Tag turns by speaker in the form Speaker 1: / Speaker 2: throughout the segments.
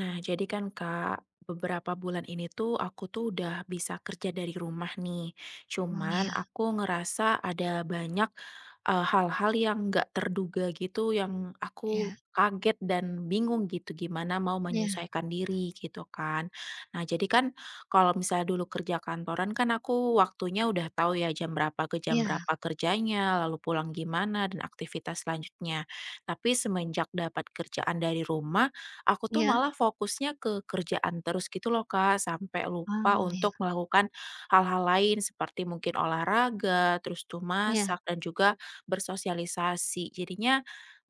Speaker 1: Nah, jadi kan Kak, beberapa bulan ini tuh aku tuh udah bisa kerja dari rumah nih.
Speaker 2: Oh, iya
Speaker 1: Cuman aku ngerasa ada banyak hal-hal yang nggak terduga gitu, yang
Speaker 2: iya
Speaker 1: aku kaget dan bingung gitu gimana mau
Speaker 2: iya
Speaker 1: menyesuaikan diri gitu kan. Nah, jadi kan kalau misalnya dulu kerja kantoran kan aku waktunya udah tahu ya jam berapa ke jam
Speaker 2: iya
Speaker 1: berapa kerjanya, lalu pulang gimana dan aktivitas selanjutnya. Tapi semenjak dapat kerjaan dari rumah, aku tuh
Speaker 2: iya.
Speaker 1: malah fokusnya ke kerjaan terus gitu loh, Kak, sampai lupa
Speaker 2: Oh,
Speaker 1: untuk
Speaker 2: iya
Speaker 1: melakukan hal-hal lain seperti mungkin olahraga, terus tuh
Speaker 2: iya
Speaker 1: masak dan juga bersosialisasi. Jadinya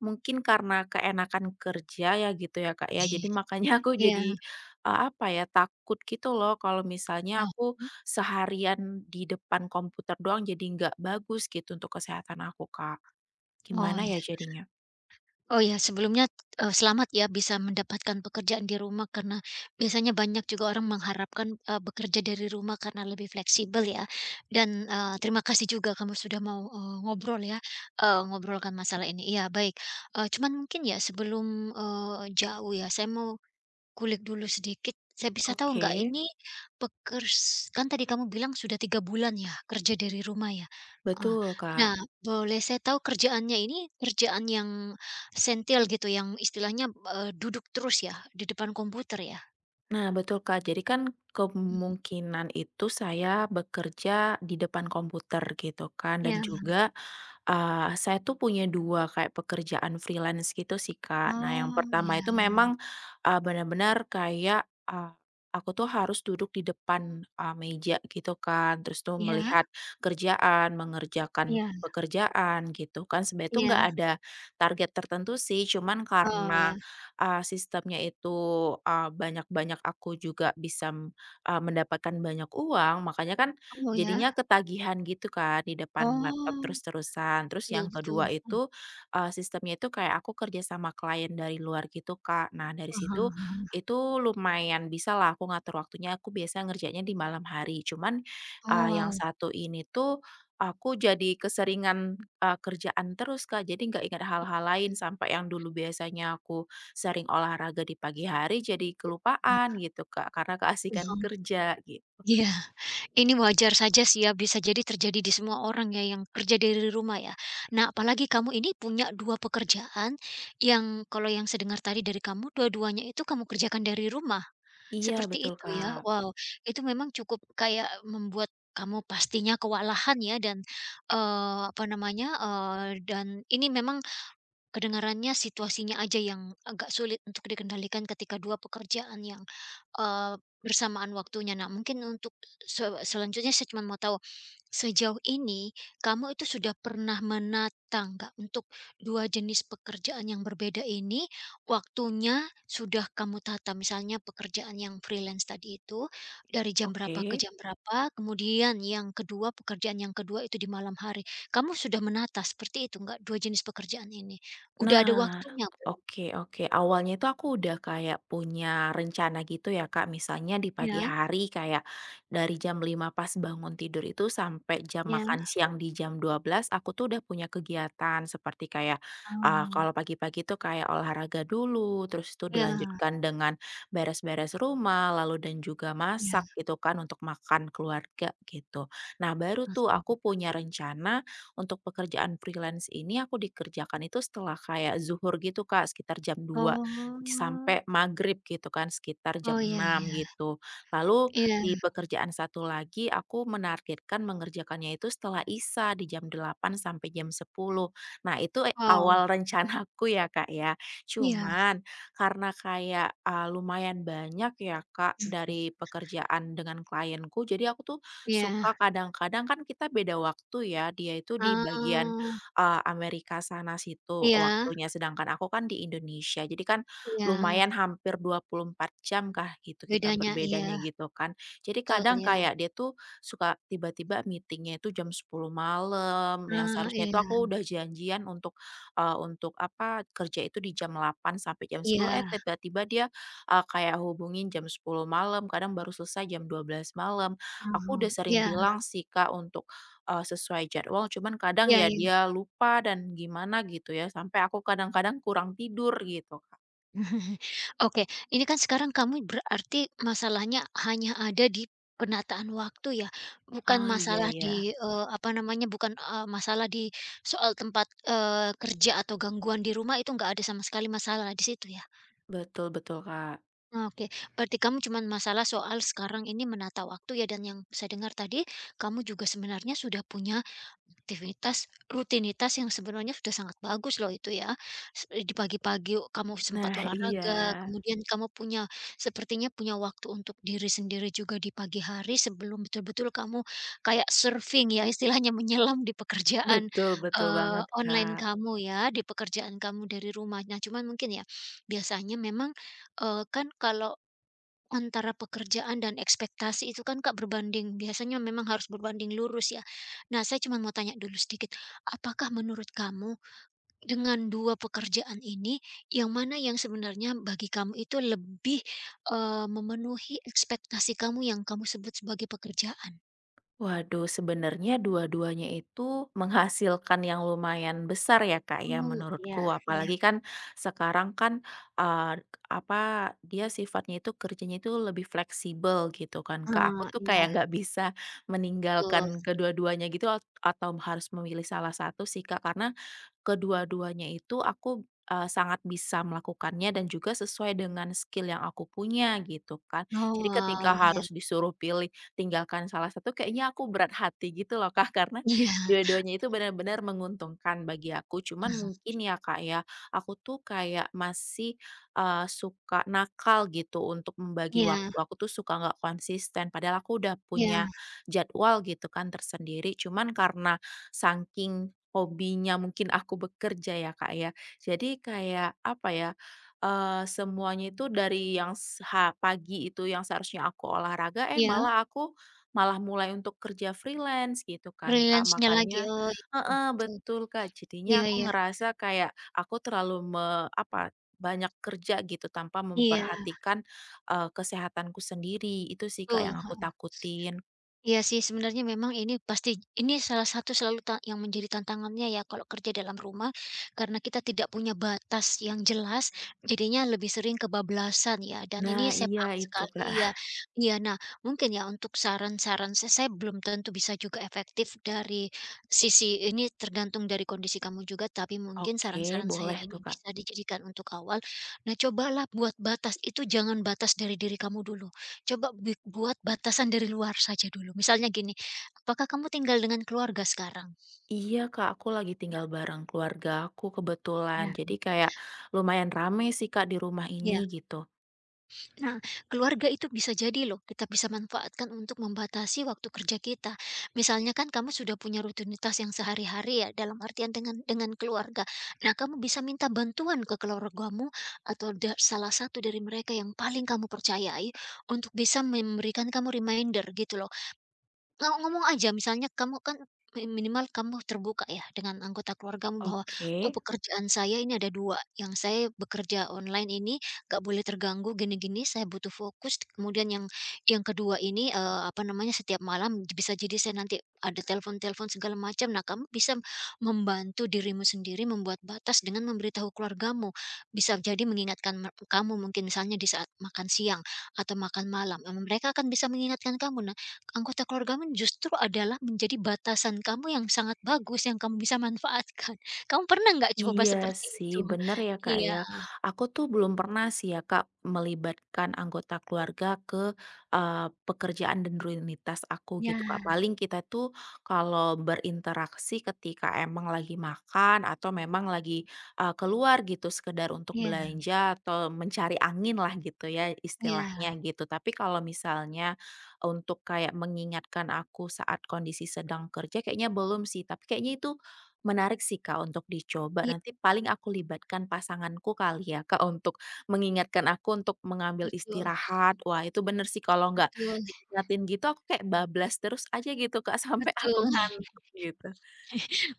Speaker 1: mungkin karena keenakan kerja ya gitu ya, Kak, ya.
Speaker 2: iya.
Speaker 1: Jadi makanya aku
Speaker 2: Iya.
Speaker 1: jadi, apa ya, takut gitu loh kalau misalnya
Speaker 2: Oh,
Speaker 1: aku
Speaker 2: mhm.
Speaker 1: seharian di depan komputer doang jadi nggak bagus gitu untuk kesehatan aku, Kak.
Speaker 2: Oh,
Speaker 1: Gimana
Speaker 2: ya,
Speaker 1: ya jadinya?
Speaker 2: oh, ya. Sebelumnya, selamat ya bisa mendapatkan pekerjaan di rumah karena biasanya banyak juga orang mengharapkan, bekerja dari rumah karena lebih fleksibel ya. Dan, terima kasih juga kamu sudah mau, ngobrol ya, ngobrolkan masalah ini. Iya, baik, cuman mungkin ya sebelum, jauh ya saya mau kulik dulu sedikit. Saya bisa tahu
Speaker 1: Oke,
Speaker 2: nggak ini pekers kan tadi kamu bilang sudah 3 bulan ya kerja dari rumah ya? Eee,
Speaker 1: betul,
Speaker 2: nah,
Speaker 1: Kak.
Speaker 2: boleh saya tahu kerjaannya ini kerjaan yang sentil gitu yang istilahnya, duduk terus ya di depan komputer ya?
Speaker 1: Nah, betul Kak. Jadi kan
Speaker 2: Mhm,
Speaker 1: kemungkinan itu saya bekerja di depan komputer gitu kan
Speaker 2: iya,
Speaker 1: dan juga, saya tuh punya 2 kayak pekerjaan freelance gitu sih, Kak. Nah, yang
Speaker 2: oh
Speaker 1: pertama itu
Speaker 2: ya.
Speaker 1: memang, benar-benar kayak, aku tuh harus duduk di depan, meja gitu kan, terus tuh
Speaker 2: Ya.
Speaker 1: melihat kerjaan, mengerjakan
Speaker 2: Ya.
Speaker 1: pekerjaan gitu kan. Sebenarnya tuh nggak
Speaker 2: Ya.
Speaker 1: ada target tertentu sih, cuman
Speaker 2: Oh ya,
Speaker 1: karena, sistemnya itu, banyak-banyak aku juga bisa, mendapatkan banyak uang, makanya kan
Speaker 2: oh
Speaker 1: jadinya
Speaker 2: ya,
Speaker 1: ketagihan gitu kan di depan laptop
Speaker 2: oh,
Speaker 1: terus-terusan. Terus
Speaker 2: betul
Speaker 1: yang
Speaker 2: betul,
Speaker 1: kedua itu, sistemnya itu kayak aku kerja sama klien dari luar gitu, Kak. Nah, dari
Speaker 2: heeh
Speaker 1: situ
Speaker 2: heeh,
Speaker 1: itu lumayan bisa lah. Aku ngatur waktunya, aku biasa ngerjainnya di malam hari. Cuman,
Speaker 2: oh
Speaker 1: yang
Speaker 2: wow,
Speaker 1: satu ini tuh aku jadi keseringan, kerjaan terus, Kak. Jadi nggak ingat hal-hal lain sampai yang dulu biasanya aku sering olahraga di pagi hari jadi
Speaker 2: heeh,
Speaker 1: kelupaan gitu, Kak, karena keasikan
Speaker 2: mhm,
Speaker 1: kerja gitu.
Speaker 2: iya. Ini wajar saja sih ya, bisa jadi terjadi di semua orang ya yang kerja dari rumah ya. Nah, apalagi kamu ini punya 2 pekerjaan yang kalau yang sedengar tadi dari kamu dua-duanya itu kamu kerjakan dari rumah,
Speaker 1: Iya,
Speaker 2: seperti
Speaker 1: betul,
Speaker 2: itu ya?
Speaker 1: Kak.
Speaker 2: Wow, itu memang cukup kayak membuat kamu pastinya kewalahan ya. Dan, apa namanya, dan ini memang kedengarannya situasinya aja yang agak sulit untuk dikendalikan ketika 2 pekerjaan yang, bersamaan waktunya. Nah, mungkin untuk selanjutnya saya cuma mau tahu, sejauh ini kamu itu sudah pernah menata nggak untuk 2 jenis pekerjaan yang berbeda ini, waktunya sudah kamu tata? Misalnya pekerjaan yang freelance tadi itu, dari jam berapa ke
Speaker 1: Oke.
Speaker 2: jam berapa, kemudian yang kedua pekerjaan yang kedua itu di malam hari. Kamu sudah menata seperti itu nggak, 2 jenis pekerjaan ini? Udah ada
Speaker 1: Nah,
Speaker 2: waktunya belum?
Speaker 1: oke oke. Awalnya itu aku udah kayak punya rencana gitu ya, Kak. Misalnya di pagi
Speaker 2: Iya
Speaker 1: hari kayak dari jam 5 pas bangun tidur itu sampai jam
Speaker 2: iya,
Speaker 1: makan siang di jam 12, aku tuh udah punya kegiatan seperti kayak ah,
Speaker 2: oh,
Speaker 1: kalau pagi-pagi tuh kayak olahraga dulu, terus itu
Speaker 2: iya
Speaker 1: dilanjutkan dengan beres-beres rumah, lalu dan juga
Speaker 2: iya,
Speaker 1: masak gitu kan untuk makan keluarga gitu. Nah, baru tuh
Speaker 2: langsung.
Speaker 1: aku punya rencana untuk pekerjaan freelance ini aku dikerjakan itu setelah kayak zuhur gitu Kak, sekitar jam 2
Speaker 2: Oh,
Speaker 1: sampai maghrib gitu kan, sekitar jam
Speaker 2: oh, iya
Speaker 1: enam
Speaker 2: iya
Speaker 1: gitu. Lalu
Speaker 2: iya,
Speaker 1: di pekerjaan satu lagi aku menargetkan mengerjakannya itu setelah isya di jam 8 sampai jam 10. Nah itu,
Speaker 2: oh,
Speaker 1: awal rencanaku ya Kak ya.
Speaker 2: iya
Speaker 1: Cuman karena kayak, lumayan banyak ya Kak dari pekerjaan dengan klienku, jadi aku tuh
Speaker 2: iya,
Speaker 1: suka kadang-kadang kan kita beda waktu ya, dia itu di bagian,
Speaker 2: oh,
Speaker 1: Amerika sana situ
Speaker 2: iya
Speaker 1: waktunya, sedangkan aku kan di Indonesia. Jadi kan
Speaker 2: iya,
Speaker 1: lumayan hampir 24 jam kah gitu kita
Speaker 2: bedanya
Speaker 1: berbedanya
Speaker 2: iya,
Speaker 1: gitu kan. Jadi
Speaker 2: betul
Speaker 1: kadang
Speaker 2: ya,
Speaker 1: kayak dia tuh suka tiba-tiba meetingnya itu jam 10.00 malam, yang
Speaker 2: ah,
Speaker 1: seharusnya itu
Speaker 2: iya
Speaker 1: aku udah janjian untuk, untuk apa, kerja itu di jam 8.00 sampai jam 10.00,
Speaker 2: iya,
Speaker 1: tiba-tiba dia, kayak hubungin jam 10.00 malam, kadang baru selesai jam 12.00 malam. Aku
Speaker 2: mhm,
Speaker 1: udah sering
Speaker 2: iya
Speaker 1: bilang sih, Kak, untuk, sesuai jadwal, cuman kadang
Speaker 2: iya.
Speaker 1: ya
Speaker 2: Iya.
Speaker 1: dia lupa dan gimana gitu ya, sampai aku kadang-kadang kurang tidur gitu, Kak.
Speaker 2: Oke, ini kan sekarang kamu berarti masalahnya hanya ada di penataan waktu ya, bukan
Speaker 1: Oh, iya
Speaker 2: masalah
Speaker 1: ya.
Speaker 2: di, apa namanya, bukan, masalah di soal tempat, kerja atau gangguan di rumah. Itu nggak ada sama sekali masalah di situ ya?
Speaker 1: Betul betul, Kak.
Speaker 2: Oke, berarti kamu cuman masalah soal sekarang ini menata waktu ya. Dan yang saya dengar tadi, kamu juga sebenarnya sudah punya aktivitas, rutinitas yang sebenarnya sudah sangat bagus loh itu ya. Di pagi-pagi kamu sempat
Speaker 1: Nah, iya.
Speaker 2: olahraga, kemudian kamu punya sepertinya punya waktu untuk diri sendiri juga di pagi hari sebelum betul-betul kamu kayak surfing ya istilahnya menyelam di pekerjaan,
Speaker 1: Betul betul banget,
Speaker 2: online
Speaker 1: Kak.
Speaker 2: kamu ya, di pekerjaan kamu dari rumah. Nah, cuman mungkin ya, biasanya memang kan kalau antara pekerjaan dan ekspektasi itu kan, Kak, berbanding, biasanya memang harus berbanding lurus ya. Nah, saya cuma mau tanya dulu sedikit, apakah menurut kamu dengan 2 pekerjaan ini, yang mana yang sebenarnya bagi kamu itu lebih, memenuhi ekspektasi kamu yang kamu sebut sebagai pekerjaan?
Speaker 1: Waduh, sebenarnya dua-duanya itu menghasilkan yang lumayan besar ya, Kak, ya,
Speaker 2: Oh, iya
Speaker 1: menurutku.
Speaker 2: iya.
Speaker 1: Apalagi kan sekarang kan, eee, apa, dia sifatnya itu kerjanya itu lebih fleksibel gitu kan, Kak. Aku
Speaker 2: Ah,
Speaker 1: tuh
Speaker 2: iya,
Speaker 1: kayak nggak bisa meninggalkan
Speaker 2: betul.
Speaker 1: kedua-duanya gitu atau harus memilih salah satu sih, Kak, karena kedua-duanya itu aku, sangat bisa melakukannya dan juga sesuai dengan skill yang aku punya gitu kan.
Speaker 2: Oh,
Speaker 1: Jadi
Speaker 2: wow,
Speaker 1: ketika
Speaker 2: ya,
Speaker 1: harus disuruh pilih tinggalkan salah satu kayaknya aku berat hati gitu loh Kak, karena
Speaker 2: iya,
Speaker 1: dua-duanya itu benar-benar menguntungkan bagi aku. Cuman
Speaker 2: heeh.
Speaker 1: mungkin ya Kak ya, aku tuh kayak masih, suka nakal gitu untuk membagi
Speaker 2: Iya
Speaker 1: waktu, aku tuh suka nggak konsisten. Padahal aku udah
Speaker 2: iya
Speaker 1: punya jadwal gitu kan tersendiri, cuman karena saking hobinya mungkin aku bekerja ya Kak ya, jadi kayak apa ya, semuanya itu dari yang s ha pagi itu yang seharusnya aku olahraga,
Speaker 2: iya.
Speaker 1: malah aku malah mulai untuk kerja freelance gitu kan, Kak.
Speaker 2: Freelance-nya lagi,
Speaker 1: Makanya
Speaker 2: oh, iya,
Speaker 1: heeh,
Speaker 2: betul.
Speaker 1: betul, Kak.
Speaker 2: Iya
Speaker 1: Jadinya aku
Speaker 2: iya.
Speaker 1: ngerasa kayak aku terlalu apa, banyak kerja gitu tanpa
Speaker 2: Iya,
Speaker 1: memperhatikan, kesehatanku sendiri. Itu sih, Kak,
Speaker 2: betul,
Speaker 1: yang aku
Speaker 2: heeh.
Speaker 1: takutin.
Speaker 2: Iya sih, sebenarnya memang ini pasti ini salah satu selalu yang menjadi tantangannya ya kalau kerja dalam rumah, karena kita tidak punya batas yang jelas, jadinya lebih sering kebablasan ya, dan
Speaker 1: Nah,
Speaker 2: ini saya
Speaker 1: iya
Speaker 2: paham
Speaker 1: itu,
Speaker 2: sekali.
Speaker 1: Kak.
Speaker 2: Iya. Iya, nah, mungkin ya untuk saran-saran saya belum tentu bisa juga efektif dari sisi ini, tergantung dari kondisi kamu juga, tapi mungkin
Speaker 1: Oke,
Speaker 2: saran-saran saya
Speaker 1: boleh
Speaker 2: ini
Speaker 1: tuh, Kak.
Speaker 2: bisa dijadikan untuk awal. Nah, cobalah buat batas, itu jangan batas dari diri kamu dulu. Coba buat batasan dari luar saja dulu. Misalnya gini, apakah kamu tinggal dengan keluarga sekarang?
Speaker 1: Iya Kak, aku lagi tinggal bareng keluarga aku kebetulan.
Speaker 2: Ya.
Speaker 1: Jadi kayak lumayan rame sih Kak di rumah ini
Speaker 2: Ya.
Speaker 1: gitu.
Speaker 2: Nah, keluarga itu bisa jadi loh, kita bisa manfaatkan untuk membatasi waktu kerja kita. Misalnya kan kamu sudah punya rutinitas yang sehari-hari ya, dalam artian dengan keluarga. Nah, kamu bisa minta bantuan ke keluargamu atau salah satu dari mereka yang paling kamu percayai untuk bisa memberikan kamu reminder gitu loh. Ngomong aja misalnya kamu kan minimal kamu terbuka ya dengan anggota keluargamu bahwa,
Speaker 1: Oke.
Speaker 2: "Oh, pekerjaan saya ini ada 2 yang saya bekerja online ini gak boleh terganggu gini gini, saya butuh fokus, kemudian yang kedua ini, apa namanya, setiap malam bisa jadi saya nanti ada telepon-telepon segala macam." Nah, kamu bisa membantu dirimu sendiri membuat batas dengan memberitahu keluargamu, bisa jadi mengingatkan kamu mungkin misalnya di saat makan siang atau makan malam, mereka akan bisa mengingatkan kamu. Nah, anggota keluargamu justru adalah menjadi batasan kamu yang sangat bagus, yang kamu bisa manfaatkan. Kamu pernah nggak coba
Speaker 1: Iya
Speaker 2: seperti itu?
Speaker 1: sih, bener ya Kak
Speaker 2: Iya.
Speaker 1: ya. Aku tuh belum pernah sih ya Kak melibatkan anggota keluarga ke pekerjaan dan rutinitas aku gitu Kak.
Speaker 2: Ya,
Speaker 1: Paling kita tuh kalau berinteraksi ketika emang lagi makan atau memang lagi, keluar gitu sekedar untuk
Speaker 2: ya,
Speaker 1: belanja atau mencari angin lah gitu ya istilahnya
Speaker 2: ya,
Speaker 1: gitu. Tapi kalau misalnya untuk kayak mengingatkan aku saat kondisi sedang kerja kayaknya belum sih, tapi kayaknya itu menarik sih Kak untuk dicoba,
Speaker 2: iya,
Speaker 1: nanti paling aku libatkan pasanganku kali ya Kak untuk mengingatkan aku untuk mengambil
Speaker 2: betul
Speaker 1: istirahat. Wah itu bener sih kalau nggak
Speaker 2: betul
Speaker 1: diingatin gitu aku kayak bablas terus aja gitu Kak sampai aku
Speaker 2: betul.
Speaker 1: ngantuk gitu.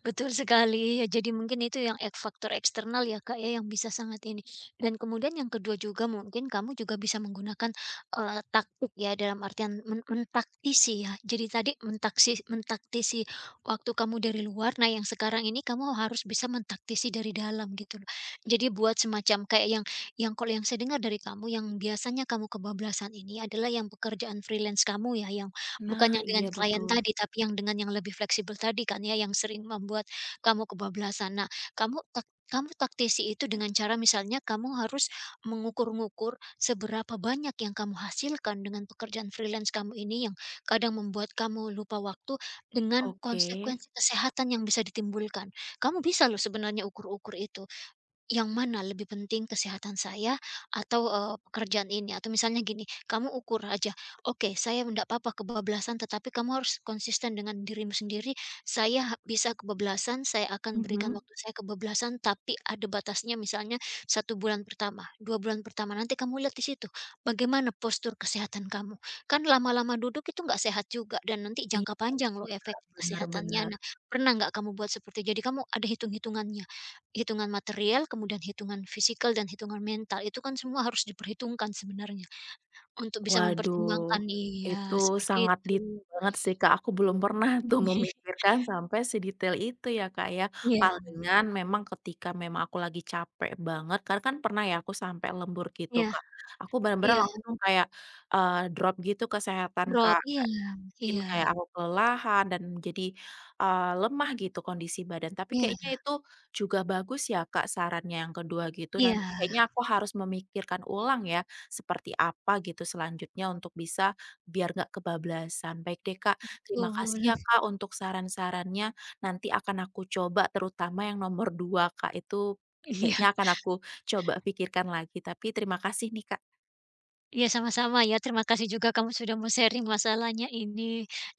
Speaker 2: Betul sekali, ya jadi mungkin itu yang faktor eksternal ya, Kak, ya, yang bisa sangat ini. Dan kemudian yang kedua juga mungkin kamu juga bisa menggunakan, taktik ya, dalam artian mentaktisi ya. Jadi tadi mentaktisi waktu kamu dari luar, nah yang sekarang ini kamu harus bisa mentaktisi dari dalam gitu loh. Jadi buat semacam kayak yang kalau yang saya dengar dari kamu yang biasanya kamu kebablasan ini adalah yang pekerjaan freelance kamu ya. Yang bukan
Speaker 1: Nah
Speaker 2: yang dengan
Speaker 1: iya
Speaker 2: klien
Speaker 1: betul.
Speaker 2: tadi, tapi yang dengan yang lebih fleksibel tadi kan ya, yang sering membuat kamu kebablasan. Nah, kamu tak kamu taktisi itu dengan cara misalnya kamu harus mengukur-ngukur seberapa banyak yang kamu hasilkan dengan pekerjaan freelance kamu ini yang kadang membuat kamu lupa waktu dengan
Speaker 1: Oke.
Speaker 2: konsekuensi kesehatan yang bisa ditimbulkan. Kamu bisa loh sebenarnya ukur-ukur itu. Yang mana lebih penting, kesehatan saya atau, pekerjaan ini? Atau misalnya gini, kamu ukur aja, "Oke, saya tidak apa-apa kebablasan, tetapi kamu harus konsisten dengan dirimu sendiri. Saya bisa kebablasan, saya akan berikan
Speaker 1: Mhm.
Speaker 2: waktu saya kebablasan, tapi ada batasnya." Misalnya 1 bulan pertama, 2 bulan pertama, nanti kamu lihat di situ bagaimana postur kesehatan kamu. Kan lama-lama duduk itu nggak sehat juga dan nanti jangka
Speaker 1: Iya
Speaker 2: panjang loh
Speaker 1: sih
Speaker 2: efek
Speaker 1: Kak, bener bener.
Speaker 2: kesehatannya. Nah, pernah nggak kamu buat seperti itu? Jadi kamu ada hitung-hitungannya. Hitungan material, kemudian hitungan fisikal dan hitungan mental, itu kan semua harus diperhitungkan sebenarnya untuk bisa
Speaker 1: Waduh,
Speaker 2: mempertimbangkan,
Speaker 1: itu
Speaker 2: iya, seperti
Speaker 1: sangat
Speaker 2: itu.
Speaker 1: detail banget sih, Kak, aku belum pernah tuh memikirkan sampai sedetail itu ya, Kak, ya.
Speaker 2: Iya
Speaker 1: Palingan memang ketika memang aku lagi capek banget, karena kan pernah ya aku sampai lembur gitu,
Speaker 2: iya
Speaker 1: Kak. Aku benar-benar
Speaker 2: iya,
Speaker 1: langsung kayak, drop gitu kesehatan,
Speaker 2: drop,
Speaker 1: Kak.
Speaker 2: iya
Speaker 1: Mungkin
Speaker 2: iya
Speaker 1: kayak aku kelelahan dan jadi, lemah gitu kondisi badan. Tapi
Speaker 2: iya
Speaker 1: kayaknya itu juga bagus ya, Kak, sarannya yang kedua gitu.
Speaker 2: iya,
Speaker 1: Nanti kayaknya aku harus memikirkan ulang ya, seperti apa gitu selanjutnya untuk bisa biar nggak kebablasan. Baik deh, Kak, terima
Speaker 2: betul.
Speaker 1: kasih ya, Kak, untuk saran-sarannya. Nanti akan aku coba terutama yang nomor 2 Kak, itu
Speaker 2: Iya
Speaker 1: kayaknya akan aku coba pikirkan lagi. Tapi terima kasih nih, Kak.
Speaker 2: iya, sama-sama ya, terima kasih juga kamu sudah mau sharing masalahnya ini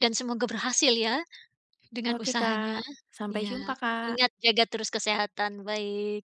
Speaker 2: dan semoga berhasil ya dengan
Speaker 1: Oke,
Speaker 2: usahanya.
Speaker 1: Kak. Sampai
Speaker 2: Iya,
Speaker 1: jumpa, Kak.
Speaker 2: ingat jaga terus kesehatan, baik.